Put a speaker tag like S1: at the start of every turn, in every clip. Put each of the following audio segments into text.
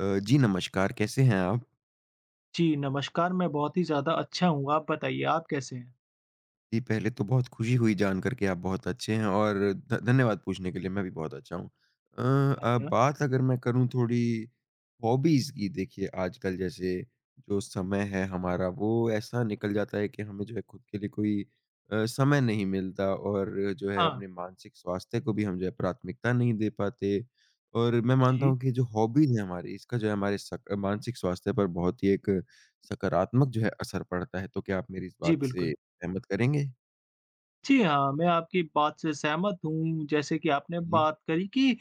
S1: जी नमस्कार, कैसे हैं आप?
S2: जी, नमस्कार, मैं बहुत ही ज़्यादा अच्छा हूँ, आप बताइए आप कैसे हैं?
S1: जी, पहले तो बहुत खुशी हुई जान कर के आप बहुत अच्छे हैं और ध धन्यवाद पूछने के लिए, मैं भी बहुत अच्छा हूँ।
S2: अच्छा।
S1: बात अगर मैं करूँ थोड़ी हॉबीज़ की, देखिए आजकल जैसे जो समय है हमारा, वो ऐसा निकल जाता है कि हमें जो है खुद के लिए कोई समय नहीं मिलता और जो है
S2: हाँ,
S1: अपने मानसिक स्वास्थ्य को भी हम जो है प्राथमिकता नहीं दे पाते। और मैं मानता
S2: जी,
S1: हूँ कि जो हॉबीज़ है हमारी, इसका जो है हमारे सक मानसिक स्वास्थ्य पर बहुत ही एक सकारात्मक जो है असर पड़ता है। तो क्या आप मेरी इस
S2: जी,
S1: बात से
S2: बिल्कुल।
S1: सहमत करेंगे?
S2: जी हाँ, मैं आपकी बात से सहमत हूँ। जैसे कि आपने
S1: जी,
S2: बात करी कि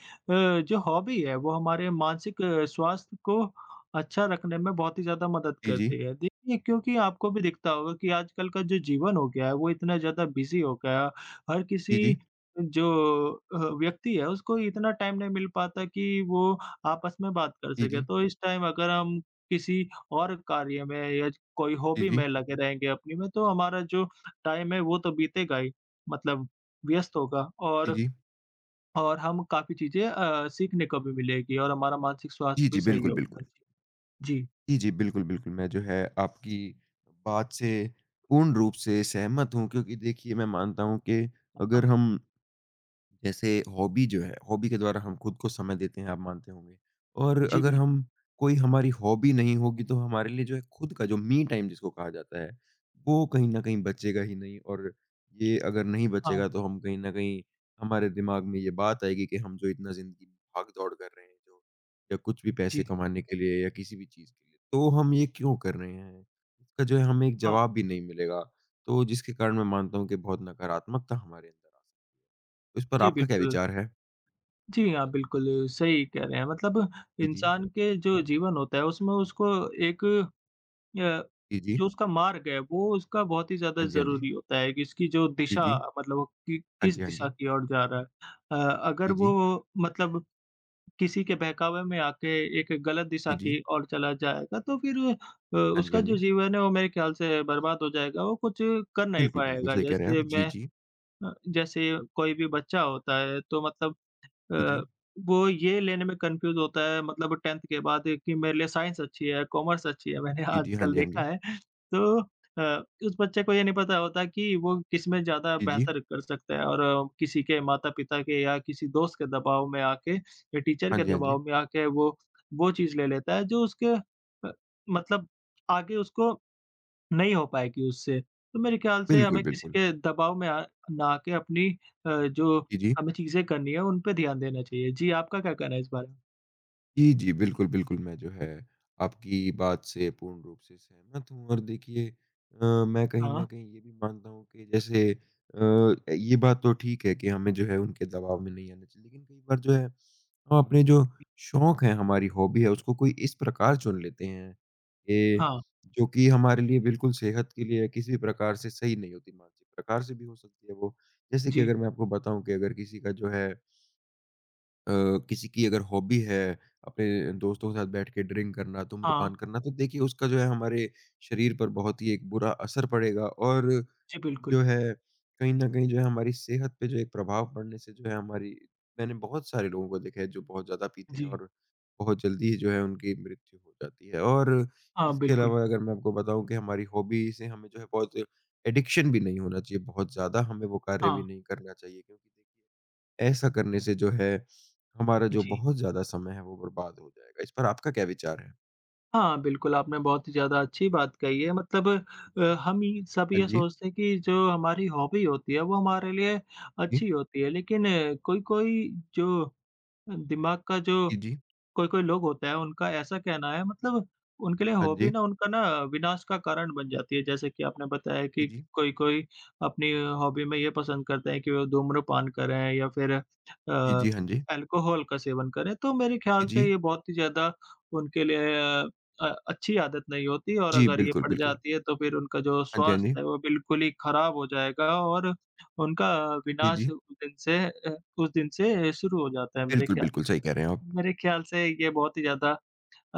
S2: जो हॉबी है वो हमारे मानसिक स्वास्थ्य को अच्छा रखने में बहुत ही ज़्यादा मदद
S1: जी, जी,
S2: करती है। देखिए क्योंकि आपको भी दिखता होगा कि आजकल का जो जीवन हो गया है वो इतना ज़्यादा बिज़ी हो गया। हर किसी
S1: जी, जी,
S2: जो व्यक्ति है उसको इतना टाइम नहीं मिल पाता कि वो आपस में बात कर
S1: जी,
S2: सके।
S1: जी,
S2: तो इस टाइम अगर हम किसी और कार्य में या कोई
S1: जी,
S2: हॉबी
S1: जी,
S2: में लगे रहेंगे अपनी में तो हमारा जो टाइम है वो तो बीतेगा ही। मतलब व्यस्त होगा
S1: जी,
S2: और
S1: जी,
S2: हम काफ़ी चीज़ें सीखने को भी मिलेगी और हमारा मानसिक स्वास्थ्य
S1: जी,
S2: भी
S1: जी,
S2: सही
S1: बिल्कुल, बिल्कुल।
S2: होगा। जी, जी
S1: जी, जी, बिल्कुल, बिल्कुल, मैं जो है आपकी बात से पूर्ण रूप से सहमत हूँ क्योंकि देखिए मैं मानता हूँ कि
S2: हाँ,
S1: अगर हम जैसे हॉबी जो है, हॉबी के द्वारा हम खुद को समय देते हैं, आप मानते होंगे। और
S2: जी
S1: अगर
S2: बिल्कुल।
S1: हम कोई हमारी हॉबी नहीं होगी, तो हमारे लिए जो है खुद का जो मी टाइम जिसको कहा जाता है, वो कहीं न कहीं बचेगा ही नहीं और ये अगर नहीं
S2: हाँ,
S1: बचेगा तो हम कहीं न कहीं हमारे दिमाग में ये बात आएगी कि हम जो इतना ज़िंदगी में भाग-दौड़ कर रहे हैं जो या कुछ भी पैसे
S2: जी,
S1: कमाने के लिए या किसी भी चीज़ के लिए, तो हम ये क्यों कर रहे हैं? इसका जो है हमें एक
S2: हाँ,
S1: जवाब भी नहीं मिलेगा, तो जिसके कारण मैं मानता हूँ कि बहुत नकारात्मकता हमारे अंदर आ सकती है। इस पर
S2: जी
S1: आपका क्या
S2: बिल्कुल।
S1: विचार है?
S2: जी हाँ, बिल्कुल सही कह रहे हैं। मतलब
S1: जी, जी।
S2: इंसान के
S1: हाँ
S2: जो
S1: जी।
S2: जीवन होता है उसमें उसको एक अ,
S1: जी, जी।
S2: जो उसका मार्ग है वो उसका बहुत ही ज़्यादा
S1: हाँ जी, हाँ जी।
S2: ज़रूरी होता है कि इसकी जो
S1: जी,
S2: दिशा
S1: जी।
S2: मतलब वो कि
S1: हाँ
S2: किस
S1: जी, हाँ
S2: दिशा
S1: जी।
S2: की ओर जा रहा है। अ, अगर
S1: जी, जी।
S2: वो मतलब किसी के बहकावे में आके एक गलत दिशा
S1: जी, जी।
S2: की ओर चला जाएगा, तो फिर
S1: हाँ जी,
S2: उसका
S1: हाँ
S2: जो
S1: जी।
S2: जीवन है वो मेरे ख्याल से बर्बाद हो जाएगा, वो कुछ कर नहीं
S1: बिल्कुल, बिल्कुल
S2: पाएगा।
S1: सही कह रहे हैं आप।
S2: जैसे
S1: जी,
S2: मैं
S1: जी।
S2: जैसे कोई भी बच्चा होता है तो मतलब
S1: जी,
S2: अ,
S1: जी।
S2: वो ये लेने में कन्फ्यूज़ होता है मतलब 10th के बाद कि मेरे लिए साइंस अच्छी है, कॉमर्स अच्छी है, मैंने
S1: जी, जी। हाँ
S2: आजकल
S1: जी, हाँ
S2: देखा
S1: जी।
S2: है। तो उस बच्चे को ये नहीं पता होता कि वो किसमें ज़्यादा
S1: जी, जी।
S2: बेहतर कर सकता है और किसी के माता-पिता के या किसी दोस्त के दबाव में आके या टीचर
S1: हाँ
S2: के
S1: जी, हाँ जी।
S2: दबाव में आके वो, चीज़ ले लेता है जो उसके मतलब आगे उसको नहीं हो पाएगी उससे। तो मेरे ख्याल से
S1: बिल्कुल,
S2: हमें किसी
S1: बिल्कुल।
S2: के दबाव में आ ना आके अपनी जो
S1: जी, जी।
S2: हमें चीज़ें करनी है उन पे ध्यान देना चाहिए। जी, आपका क्या कहना है इस बारे में?
S1: जी, जी। बिल्कुल, बिल्कुल मैं जो है आपकी बात से पूर्ण रूप से सहमत हूँ और देखिए मैं कहीं न
S2: हाँ,
S1: कहीं ये भी मानता हूँ कि जैसे ये बात तो ठीक है कि हमें जो है उनके दबाव में नहीं आना चाहिए, लेकिन कई बार जो है हम अपने जो शौक है, हमारी हॉबी है, उसको कोई इस प्रकार चुन लेते हैं कि
S2: हाँ,
S1: जो कि हमारे लिए बिल्कुल सेहत के लिए किसी भी प्रकार से सही नहीं होती, मानसिक प्रकार से भी हो सकती है वो। जैसे कि
S2: जी,
S1: अगर मैं आपको बताऊँ कि अगर किसी का जो है अ, किसी की अगर हॉबी है, अपने दोस्तों के साथ बैठ के ड्रिंक करना,
S2: हाँ,
S1: धूम्रपान करना, तो देखिए उसका जो है हमारे शरीर पर बहुत ही एक बुरा असर पड़ेगा और
S2: जी
S1: जो
S2: बिल्कुल।
S1: है कहीं न कहीं जो है हमारी सेहत पे जो एक प्रभाव पड़ने से जो है हमारी मैंने बहुत सारे लोगों को देखा है जो बहुत ज़्यादा पीते हैं
S2: जी,
S1: और बहुत जल्दी ही जो है उनकी मृत्यु हो जाती है। और
S2: हाँ,
S1: इसके
S2: बिल्कुल।
S1: अलावा अगर मैं आपको बताऊँ कि हमारी हॉबी से हमें जो है बहुत एडिक्शन भी नहीं होना चाहिए, बहुत ज़्यादा हमें वो कार्य
S2: हाँ,
S1: भी नहीं करना चाहिए क्योंकि देखिए ऐसा करने से जो है हमारा जो
S2: जी।
S1: बहुत ज़्यादा समय है वो बर्बाद हो जाएगा। इस पर आपका क्या विचार है?
S2: हाँ, बिल्कुल आपने बहुत ही ज़्यादा अच्छी बात कही है मतलब हम ही सब
S1: हाँ
S2: ये
S1: जी,
S2: सोचते हैं कि जो हमारी हॉबी होती है वो हमारे लिए
S1: जी,
S2: अच्छी होती है लेकिन कोई-कोई जो दिमाग का जो
S1: जी, जी।
S2: कोई-कोई लोग होता है उनका ऐसा कहना है मतलब उनके लिए
S1: हाँ
S2: हॉबी
S1: जी,
S2: ना उनका ना विनाश का कारण बन जाती है। जैसे कि आपने बताया
S1: जी,
S2: कि
S1: जी।
S2: कोई-कोई अपनी हॉबी में ये पसंद करते हैं कि वो धूम्रपान करें या फिर
S1: जी, जी, हाँ जी।
S2: अल्कोहल का सेवन करें। तो मेरे
S1: जी,
S2: ख़्याल से
S1: जी।
S2: ये बहुत ही ज़्यादा उनके लिए अच्छी आदत नहीं होती और
S1: जी,
S2: अगर ये
S1: बिल्कुल,
S2: पड़
S1: बिल्कुल।
S2: जाती है तो फिर उनका जो
S1: हाँ जी, हाँ जी।
S2: स्वास्थ्य है वो बिल्कुल ही ख़राब हो जाएगा और उनका
S1: जी,
S2: विनाश
S1: जी।
S2: उस दिन से शुरू हो जाता है मेरे
S1: बिल्कुल,
S2: ख़्याल
S1: बिल्कुल
S2: से।
S1: सही कह रहे हैं आप।
S2: मेरे ख़्याल से ये बहुत ही ज़्यादा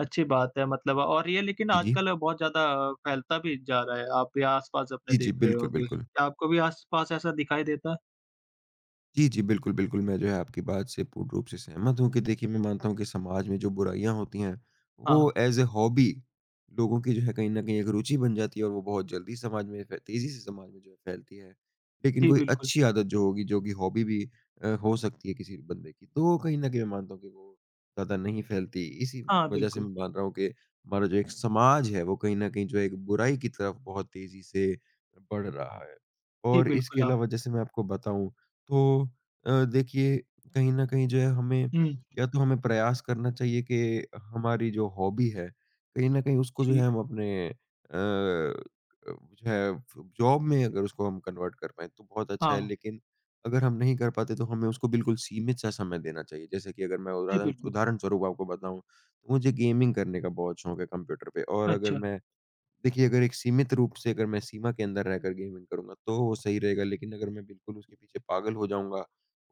S2: अच्छी बात है मतलब और ये लेकिन
S1: जी, जी।
S2: आजकल बहुत ज़्यादा फैलता भी जा रहा है, आप भी आस-पास अपने
S1: जी, जी,
S2: देख रहे
S1: बिल्कुल,
S2: होंगे।
S1: बिल्कुल।
S2: क्या आपको भी आस-पास ऐसा दिखाई देता है?
S1: जी, जी। बिल्कुल, बिल्कुल। मैं जो है आपकी बात से पूर्ण रूप से सहमत हूँ कि देखिए मैं मानता हूँ कि समाज में जो बुराइयाँ होती हैं,
S2: हाँ,
S1: वो ऐज़ अ हॉबी लोगों की जो है कहीं न कहीं एक रुचि बन जाती है और वो बहुत जल्दी समाज में फै तेज़ी से समाज में जो है फैलती है। लेकिन
S2: जी
S1: कोई
S2: बिल्कुल।
S1: अच्छी आदत जो होगी, जो कि हॉबी भी हो सकती है किसी बंदे की, तो कहीं न कहीं मैं मानता हूँ कि वो ज़्यादा नहीं फैलती। इसी
S2: हाँ,
S1: वज़ह से
S2: बिल्कुल।
S1: मैं मान रहा हूँ कि हमारा जो एक समाज है, वो कहीं न कहीं जो है एक बुराई की तरफ बहुत तेज़ी से बढ़ रहा है।
S2: जी
S1: और इसके
S2: बिल्कुल आप
S1: अलावा जैसे मैं आपको बताऊँ तो देखिए कहीं न कहीं जो है हमें
S2: हुँ,
S1: या तो हमें प्रयास करना चाहिए कि हमारी जो हॉबी है, कहीं न कहीं उसको जो
S2: जी।
S1: है हम अपने जो है जॉब में अगर उसको हम कन्वर्ट कर पाएँ तो बहुत अच्छा है।
S2: हाँ,
S1: लेकिन अगर हम नहीं कर पाते तो हमें उसको बिल्कुल सीमित-सा समय देना चाहिए। जैसे कि अगर मैं
S2: जी
S1: उदाहरण
S2: बिल्कुल।
S1: उदाहरण स्वरूप आपको बताऊँ, तो मुझे गेमिंग करने का बहुत शौक है कंप्यूटर पे और अगर
S2: अच्छा,
S1: मैं देखिए, अगर एक सीमित रूप से अगर मैं सीमा के अंदर रहकर गेमिंग करूँगा, तो वो सही रहेगा। लेकिन अगर मैं बिल्कुल उसके पीछे पागल हो जाऊँगा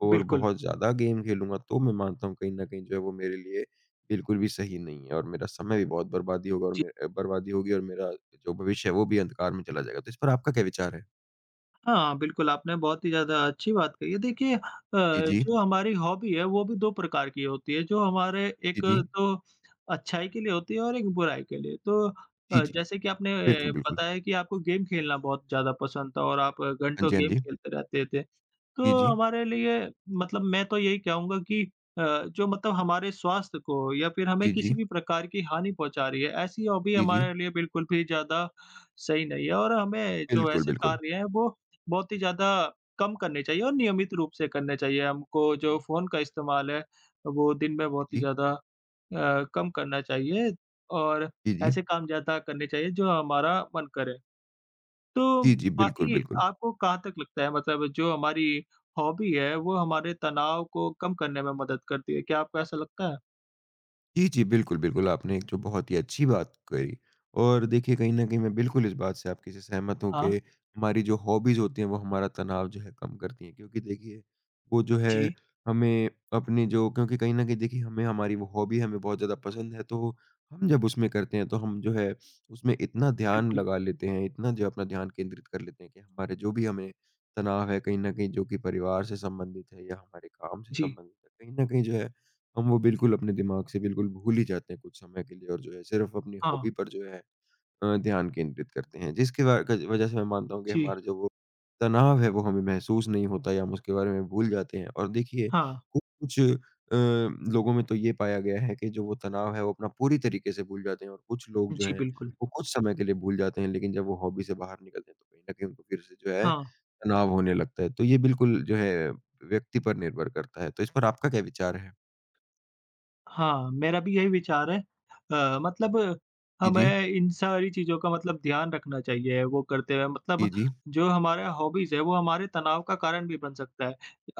S1: और
S2: बिल्कुल।
S1: बहुत ज़्यादा गेम खेलूँगा, तो मैं मानता हूँ कहीं न कहीं जो है वो मेरे लिए बिल्कुल भी सही नहीं है और मेरा समय भी बहुत बर्बादी होगा और बर्बादी होगी और मेरा जो भविष्य है, वो भी अंधकार में चला जाएगा। तो इस पर आपका क्या विचार है?
S2: हाँ, बिल्कुल, आपने बहुत ही ज़्यादा अच्छी बात कही है। देखिए
S1: जी, जी।
S2: जो हमारी हॉबी है, वो भी 2 प्रकार की होती है, जो हमारे
S1: जी,
S2: एक
S1: जी।
S2: तो अच्छाई के लिए होती है और एक बुराई के लिए। तो
S1: जी, जी।
S2: जैसे कि आपने
S1: बिल्कुल, बिल्कुल।
S2: बताया कि आपको गेम खेलना बहुत ज़्यादा पसंद था और आप
S1: हाँ
S2: घंटों
S1: जी, हाँ
S2: गेम
S1: जी।
S2: खेलते रहते थे।
S1: जी,
S2: तो
S1: जी।
S2: हमारे लिए मतलब मैं तो यही कहूँगा कि जो मतलब हमारे स्वास्थ्य को या फिर हमें किसी भी प्रकार की हानि पहुँचा रही है, ऐसी हॉबी
S1: जी, जी।
S2: हमारे लिए बिल्कुल भी ज़्यादा सही नहीं है और हमें
S1: जी, जी।
S2: जो
S1: बिल्कुल,
S2: ऐसे
S1: बिल्कुल।
S2: कार्य हैं वो बहुत ही ज़्यादा कम करने चाहिए और नियमित रूप से करने चाहिए। हमको
S1: जी,
S2: जो
S1: जी।
S2: फ़ोन का इस्तेमाल है, वो दिन में
S1: जी,
S2: बहुत ही
S1: जी।
S2: ज़्यादा कम करना चाहिए और
S1: जी,
S2: ऐसे काम ज़्यादा करने चाहिए जो हमारा मन करे। तो
S1: जी। जी बिल्कुल,
S2: बाकी
S1: बिल्कुल।
S2: आपको कहाँ तक लगता है मतलब जो हमारी हॉबी है वो हमारे तनाव को कम करने में मदद करती है? क्या आपको ऐसा लगता है?
S1: जी, जी। बिल्कुल, बिल्कुल, आपने एक जो बहुत ही अच्छी बात कही और देखिए कहीं न कहीं मैं बिल्कुल इस बात से आपकी से सहमत हूँ कि
S2: हाँ,
S1: हमारी जो हॉबीज़ होती हैं वो हमारा तनाव जो है कम करती हैं क्योंकि देखिए वो जो है
S2: जी,
S1: हमें अपनी जो क्योंकि कहीं न कहीं देखिए हमें हमारी वो हॉबी हमें बहुत ज़्यादा पसंद है तो हम जब उसमें करते हैं तो हम जो है उसमें इतना ध्यान
S2: बिल्कुल,
S1: लगा लेते हैं, इतना जो अपना ध्यान केंद्रित कर लेते हैं कि हमारे जो भी हमें तनाव है कहीं न कहीं जो कि परिवार से संबंधित है या हमारे काम से
S2: जी,
S1: संबंधित है, कहीं न कहीं जो है हम वो बिल्कुल अपने दिमाग से बिल्कुल भूल ही जाते हैं कुछ समय के लिए और जो है सिर्फ अपनी
S2: हाँ,
S1: हॉबी पर जो है ध्यान केंद्रित करते हैं। जिसकी व क वज़ह से मैं मानता हूँ कि
S2: जी,
S1: हमारा जो वो तनाव है वो हमें महसूस नहीं होता या हम उसके बारे में भूल जाते हैं। और देखिए
S2: हाँ,
S1: कु कुछ लोगों में तो ये पाया गया है कि जो वो तनाव है वो अपना पूरी तरीके से भूल जाते हैं और कुछ लोग जो
S2: जी,
S1: हैं
S2: बिल्कुल,
S1: वो कुछ समय के लिए भूल जाते हैं लेकिन जब वो हॉबी से बाहर निकलते हैं तो कहीं न कहीं उनको फिर से जो है
S2: हाँ,
S1: तनाव होने लगता है। तो ये बिल्कुल जो है व्यक्ति पर निर्भर करता है। तो इस पर आपका क्या विचार है?
S2: हाँ, मेरा भी यही विचार है। मतलब
S1: जी, जी।
S2: हमें इन सारी चीज़ों का मतलब ध्यान रखना चाहिए वो करते हुए
S1: जी,
S2: मतलब
S1: जी।
S2: जो हमारा हॉबीज़ है वो हमारे तनाव का कारण भी बन सकता है।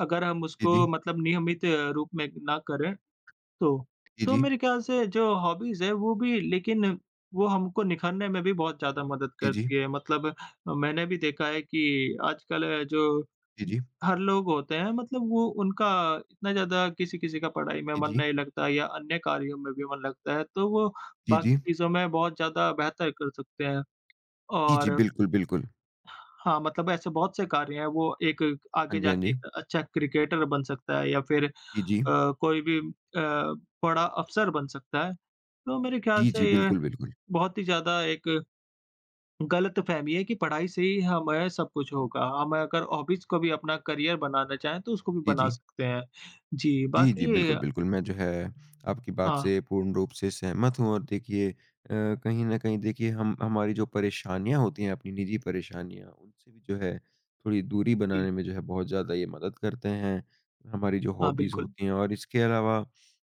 S2: अगर हम
S1: जी,
S2: उसको
S1: जी।
S2: मतलब नियमित रूप में ना करें तो,
S1: जी, जी।
S2: मेरे ख्याल से जो हॉबीज़ है वो भी लेकिन वो हमको निखरने में भी बहुत ज़्यादा मदद
S1: जी, जी।
S2: करती है। मतलब मैंने भी देखा है कि आजकल जो
S1: जी, जी।
S2: हर लोग होते हैं मतलब वो उनका इतना ज़्यादा किसी-किसी का पढ़ाई में
S1: जी,
S2: मन
S1: जी।
S2: नहीं लगता या अन्य कार्यों में भी मन लगता है, तो वो
S1: जी, जी।
S2: बाकी चीज़ों में बहुत ज़्यादा बेहतर कर सकते हैं
S1: जी, जी,
S2: और
S1: बिल्कुल, बिल्कुल।
S2: हाँ, मतलब ऐसे बहुत से कार्य हैं, वो एक
S1: हाँ
S2: आगे
S1: जी, हाँ
S2: जाके
S1: जी।
S2: एक अच्छा क्रिकेटर बन सकता है या फिर
S1: जी, जी।
S2: कोई भी बड़ा अफ़सर बन सकता है। तो मेरे ख़्याल
S1: जी, जी,
S2: से ये
S1: बिल्कुल, बिल्कुल।
S2: बहुत ही ज़्यादा एक गलतफ़हमी है कि पढ़ाई से ही हमें सब कुछ होगा। हम अगर हॉबीज़ को भी अपना करियर बनाना चाहें, तो उसको भी
S1: जी,
S2: बना
S1: जी।
S2: सकते हैं। जी,
S1: जी, जी।
S2: बाकी
S1: बिल्कुल, बिल्कुल। मैं जो है आपकी बात
S2: हाँ,
S1: से पूर्ण रूप से सहमत हूँ और देखिए कहीं न कहीं देखिए हम हमारी जो परेशानियाँ होती हैं, अपनी निजी परेशानियाँ, उनसे भी जो है थोड़ी दूरी
S2: जी,
S1: बनाने में जो है बहुत ज़्यादा ये मदद करते हैं, हमारी जो
S2: हाँ,
S1: हॉबीज़
S2: बिल्कुल।
S1: होती हैं। और इसके अलावा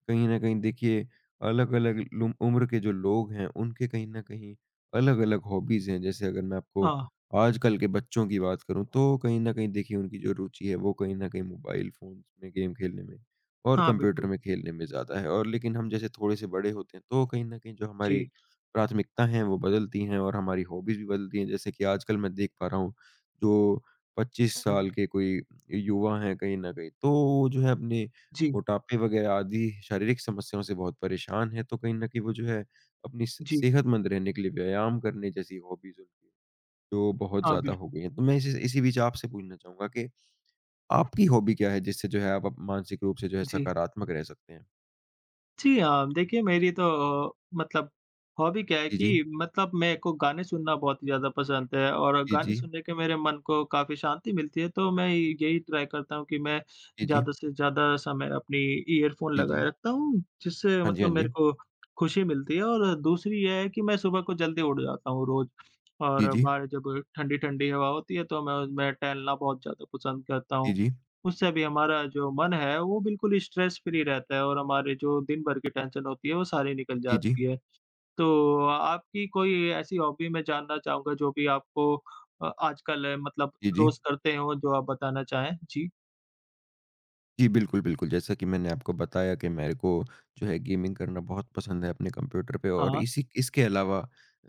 S1: कहीं न कहीं देखिए अलग-अलग लुम उम्र के जो लोग हैं, उनके कहीं न कहीं अलग-अलग हॉबीज़ हैं। जैसे अगर मैं आपको
S2: हाँ,
S1: आजकल के बच्चों की बात करूँ, तो कहीं न कहीं देखिए उनकी जो रुचि है, वो कहीं न कहीं मोबाइल फ़ोन्स में गेम खेलने में और
S2: हाँ,
S1: कंप्यूटर
S2: बिल्कुल।
S1: में खेलने में ज़्यादा है और लेकिन हम जैसे थोड़े से बड़े होते हैं, तो कहीं न कहीं जो हमारी
S2: जी,
S1: प्राथमिकता हैं, वो बदलती हैं और हमारी हॉबीज़ भी बदलती हैं। जैसे कि आजकल मैं देख पा रहा हूँ, जो 25
S2: हुँ।
S1: साल के कोई युवा हैं कहीं न कहीं, तो वो जो है अपने
S2: जी,
S1: मोटापे वगैरह आदि शारीरिक समस्याओं से बहुत परेशान हैं। तो कहीं न कहीं वो जो है, अपनी स
S2: जी।
S1: सेहतमंद रहने के लिए व्यायाम करने जैसी हॉबीज़ उनकी, जो बहुत
S2: हाँ,
S1: ज़्यादा
S2: बिल्कुल।
S1: हो गई हैं। तो मैं इसी इसी बीच आपसे पूछना चाहूँगा कि आपकी हॉबी क्या है जिससे जो है आप अप मानसिक रूप से जो है
S2: जी।
S1: सकारात्मक रह सकते हैं?
S2: जी हाँ, देखिए मेरी तो अ, मतलब हॉबी क्या है
S1: जी, जी।
S2: कि मतलब मेरे को गाने सुनना बहुत ही ज़्यादा पसंद है और
S1: जी,
S2: गाने
S1: जी।
S2: सुनने के मेरे मन को काफ़ी शांति मिलती है, तो मैं यही ट्राई करता हूँ कि मैं
S1: जी, जी।
S2: ज़्यादा से ज़्यादा समय अपनी ईयरफ़ोन
S1: जी,
S2: लगाए
S1: जी।
S2: रखता हूँ, जिससे
S1: हाँ जी, हाँ
S2: मतलब
S1: जी।
S2: मेरे को खुशी मिलती है और दूसरी ये है कि मैं सुबह को जल्दी उठ जाता हूँ रोज़
S1: जी,
S2: और
S1: जी।
S2: बाहर जब ठंडी-ठंडी हवा होती है, तो मैं उसमें टहलना बहुत ज़्यादा पसंद करता
S1: जी,
S2: हूँ।
S1: जी।
S2: उससे भी हमारा जो मन है, वो बिल्कुल स्ट्रेस फ्री रहता है और हमारे जो दिन भर की टेंशन होती है, वो सारी निकल
S1: जी, जी।
S2: जाती है। तो आपकी कोई ऐसी हॉबी मैं जानना चाहूँगा जो भी आपको आजकल मतलब
S1: जी, जी।
S2: रोज़ करते हो, जो आप बताना चाहें? जी,
S1: जी, बिल्कुल, बिल्कुल। जैसा कि मैंने आपको बताया कि मेरे को जो है गेमिंग करना बहुत पसंद है अपने कंप्यूटर पे और
S2: हाँ,
S1: इसी इसके अलावा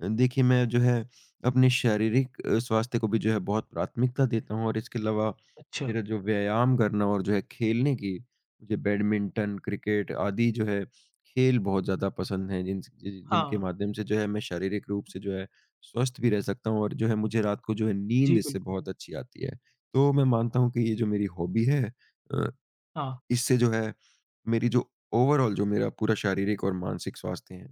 S1: देखिए मैं जो है अपने शारीरिक स्वास्थ्य को भी जो है बहुत प्राथमिकता देता हूँ और इसके अलावा
S2: अच्छा।
S1: मेरा जो व्यायाम करना और जो है खेलने की मुझे बैडमिंटन, क्रिकेट आदि जो है खेल बहुत ज़्यादा पसंद हैं जिनके
S2: हाँ,
S1: माध्यम से जो है मैं शारीरिक रूप से जो है स्वस्थ भी रह सकता हूँ और जो है मुझे रात को जो है नींद
S2: जी
S1: इससे
S2: बिल्कुल।
S1: बहुत अच्छी आती है। तो मैं मानता हूँ कि ये जो मेरी हॉबी है अ
S2: हाँ,
S1: इससे जो है मेरी जो ओवरऑल जो मेरा पूरा शारीरिक और मानसिक स्वास्थ्य है,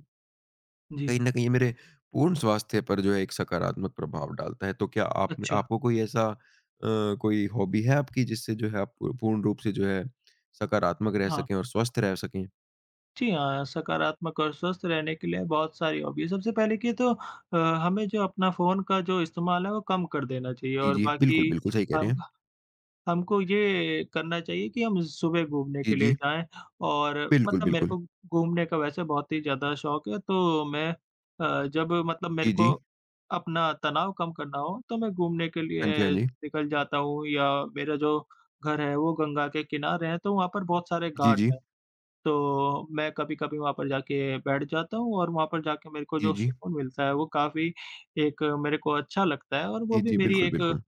S1: कहीं
S2: जी,
S1: न कहीं ये मेरे पूर्ण स्वास्थ्य पर जो है एक सकारात्मक प्रभाव डालता है। तो क्या आप
S2: अच्छा,
S1: आपको कोई ऐसा कोई हॉबी है आपकी जिससे जो है आप पू पूर्ण रूप से जो है सकारात्मक रह
S2: हाँ।
S1: सकें और स्वस्थ रह सकें?
S2: जी हाँ, सकारात्मक और स्वस्थ रहने के लिए बहुत सारी हॉबी है। सबसे पहले कि तो हमें जो अपना फ़ोन का जो इस्तेमाल है, वो कम कर देना चाहिए
S1: जी,
S2: और
S1: जी। बिल्कुल,
S2: बाकी
S1: बिल्कुल सही कह रहे
S2: हम
S1: हैं।
S2: हमको ये करना चाहिए कि हम सुबह घूमने
S1: जी,
S2: के लिए
S1: जी।
S2: जाएँ और
S1: बिल्कुल,
S2: मतलब मेरे
S1: बिल्कुल।
S2: को घूमने का वैसे बहुत ही ज़्यादा शौक है, तो मैं जब मतलब मेरे
S1: जी,
S2: को
S1: जी।
S2: अपना तनाव कम करना हो, तो मैं घूमने के
S1: हाँ जी, हाँ
S2: लिए
S1: जी।
S2: निकल जाता हूँ या मेरा जो घर है, वो गंगा के किनारे है, तो वहाँ पर बहुत सारे
S1: जी,
S2: घाट
S1: जी।
S2: हैं। तो मैं कभी-कभी वहाँ पर जाके बैठ जाता हूँ और वहाँ पर जाके मेरे को
S1: जी,
S2: जो
S1: जी।
S2: सुकून मिलता है वो काफ़ी एक मेरे को अच्छा लगता है और वो
S1: जी,
S2: भी
S1: जी।
S2: मेरी
S1: बिल्कुल,
S2: एक
S1: बिल्कुल।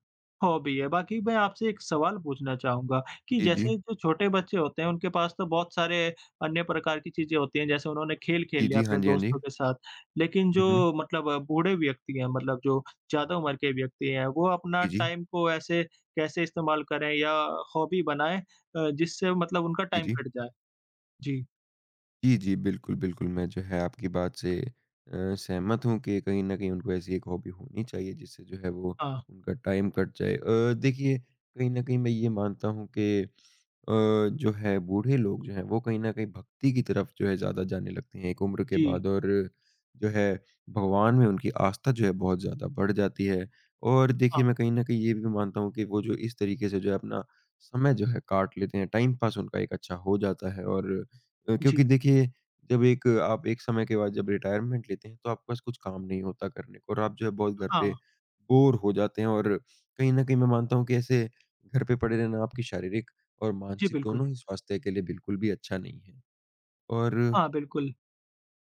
S2: हॉबी है। बाकी मैं आपसे एक सवाल पूछना चाहूँगा कि
S1: जी, जी।
S2: जैसे जो छोटे बच्चे होते हैं उनके पास तो बहुत सारे अन्य प्रकार की चीज़ें होती हैं जैसे उन्होंने खेल खेल
S1: जी,
S2: लिया
S1: जी। हाँ
S2: अपने
S1: जी, हाँ जी।
S2: दोस्तों के साथ। लेकिन
S1: हुँ,
S2: जो
S1: हुँ।
S2: मतलब बूढ़े व्यक्ति हैं मतलब जो ज़्यादा उम्र के व्यक्ति हैं वो अपना
S1: जी, जी।
S2: टाइम को ऐसे कैसे इस्तेमाल करें या हॉबी बनाएँ जिससे मतलब उनका
S1: जी,
S2: टाइम
S1: जी।
S2: कट जाए? जी।
S1: जी, जी। बिल्कुल, बिल्कुल। मैं जो है आपकी बात से सहमत हूँ कि कहीं न कहीं उनको ऐसी एक हॉबी होनी चाहिए जिससे जो है वो
S2: हाँ,
S1: उनका टाइम कट जाए। देखिए कहीं न कहीं मैं ये मानता हूँ कि अ, जो है बूढ़े लोग जो हैं वो कहीं न कहीं भक्ति की तरफ जो है ज़्यादा जाने लगते हैं एक उम्र के
S2: जी,
S1: बाद और जो है भगवान में उनकी आस्था जो है बहुत ज़्यादा बढ़ जाती है। और देखिए
S2: हाँ,
S1: मैं कहीं न कहीं ये भी मानता हूँ कि वो जो इस तरीके से जो है अपना समय जो है काट लेते हैं, टाइम पास उनका एक अच्छा हो जाता है और क्योंकि
S2: जी,
S1: देखिए जब एक आप एक समय के बाद जब रिटायरमेंट लेते हैं तो आपके पास कुछ काम नहीं होता करने को और आप जो है बहुत घर पे
S2: हाँ,
S1: बोर हो जाते हैं और कहीं न कहीं मैं मानता हूँ कि ऐसे घर पे पड़े रहना आपकी शारीरिक और
S2: जी,
S1: मानसिक
S2: बिल्कुल।
S1: दोनों ही स्वास्थ्य के लिए बिल्कुल भी अच्छा नहीं है। और
S2: हाँ, बिल्कुल।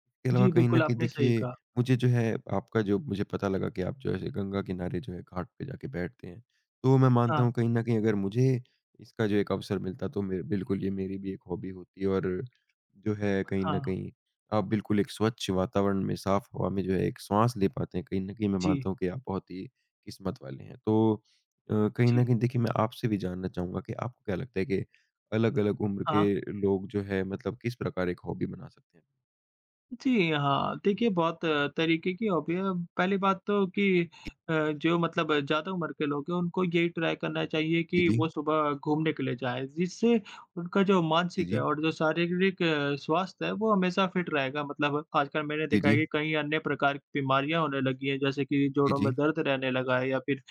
S1: इसके अलावा
S2: जी,
S1: कहीं न
S2: बिल्कुल,
S1: कहीं
S2: आपने सही
S1: देखिए,
S2: कहा।
S1: मुझे जो है आपका जो मुझे पता लगा कि आप जो है गंगा किनारे जो है घाट पे जाके बैठते हैं। तो मैं मानता
S2: हाँ,
S1: हूँ कहीं न कहीं अगर मुझे इसका जो एक अवसर मिलता तो मैं बिल्कुल ये मेरी भी एक हॉबी होती और जो है कहीं न
S2: हाँ,
S1: कहीं आप बिल्कुल एक स्वच्छ वातावरण में, साफ हवा में जो है एक साँस ले पाते हैं। कहीं न कहीं मैं
S2: जी,
S1: मानता हूँ कि आप बहुत ही किस्मत वाले हैं। तो कहीं न
S2: जी,
S1: कहीं देखिए मैं आपसे भी जानना चाहूँगा कि आपको क्या लगता है कि अलग-अलग उम्र के
S2: हाँ,
S1: लोग जो है मतलब किस प्रकार एक हॉबी बना सकते हैं?
S2: जी, हाँ, देखिए बहुत तरीके की हॉबी है। पहली बात तो कि जो मतलब ज़्यादा उम्र के लोग हैं, उनको यही ट्राई करना चाहिए
S1: जी,
S2: कि
S1: जी।
S2: वो सुबह घूमने के लिए जाएँ, जिससे उनका जो
S1: जी,
S2: मानसिक है
S1: जी।
S2: और जो शारीरिक स्वास्थ्य है, वो हमेशा फिट रहेगा। मतलब आजकल मैंने
S1: जी,
S2: देखा है
S1: जी।
S2: कि कई अन्य प्रकार की बीमारियाँ होने लगी हैं, जैसे कि
S1: जी,
S2: जोड़ों में
S1: जी।
S2: दर्द रहने लगा है या फिर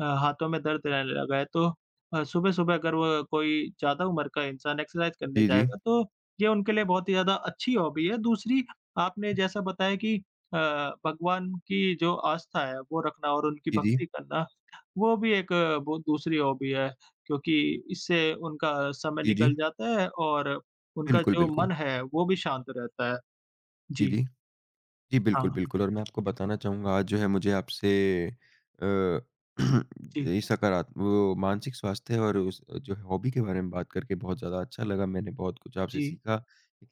S2: हाथों में दर्द रहने लगा है, तो सुबह-सुबह अगर वो कोई ज़्यादा उम्र का इंसान एक्सरसाइज़ करने
S1: जी, जी।
S2: जाएगा, तो ये उनके लिए बहुत ही ज़्यादा अच्छी हॉबी है। दूसरी, आपने जैसा बताया कि अ, भगवान की जो आस्था है, वो रखना और उनकी
S1: जी, जी।
S2: भक्ति करना, वो भी एक बहुत दूसरी हॉबी है, क्योंकि इससे उनका समय
S1: जी, जी।
S2: निकल जाता है और उनका
S1: बिल्कुल,
S2: जो
S1: बिल्कुल।
S2: मन है, वो भी शांत रहता है।
S1: जी,
S2: जी,
S1: जी। जी, बिल्कुल,
S2: हाँ।
S1: बिल्कुल और मैं आपको बताना चाहूँगा आज जो है मुझे आपसे अ,
S2: जी,
S1: ये सकारात वो मानसिक स्वास्थ्य और उस जो है हॉबी के बारे में बात करके बहुत ज़्यादा अच्छा लगा। मैंने बहुत कुछ आपसे
S2: जी,
S1: सीखा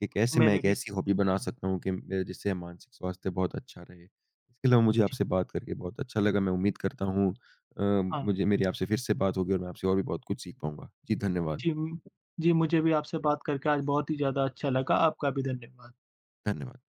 S1: कि कैसे मैं
S2: मैंने
S1: एक
S2: भी।
S1: ऐसी हॉबी बना सकता हूँ कि मेरे जिससे मानसिक स्वास्थ्य बहुत अच्छा रहे। इसके अलावा मुझे
S2: जी,
S1: आपसे बात करके बहुत अच्छा लगा। मैं उम्मीद करता हूँ अ,
S2: हाँ।
S1: मुझे मेरी आपसे फिर से बात होगी और मैं आपसे और भी बहुत कुछ सीख पाऊँगा। जी, धन्यवाद।
S2: जी, जी, मुझे भी आपसे बात करके आज बहुत ही ज़्यादा अच्छा लगा। आपका भी धन्यवाद।
S1: धन्यवाद।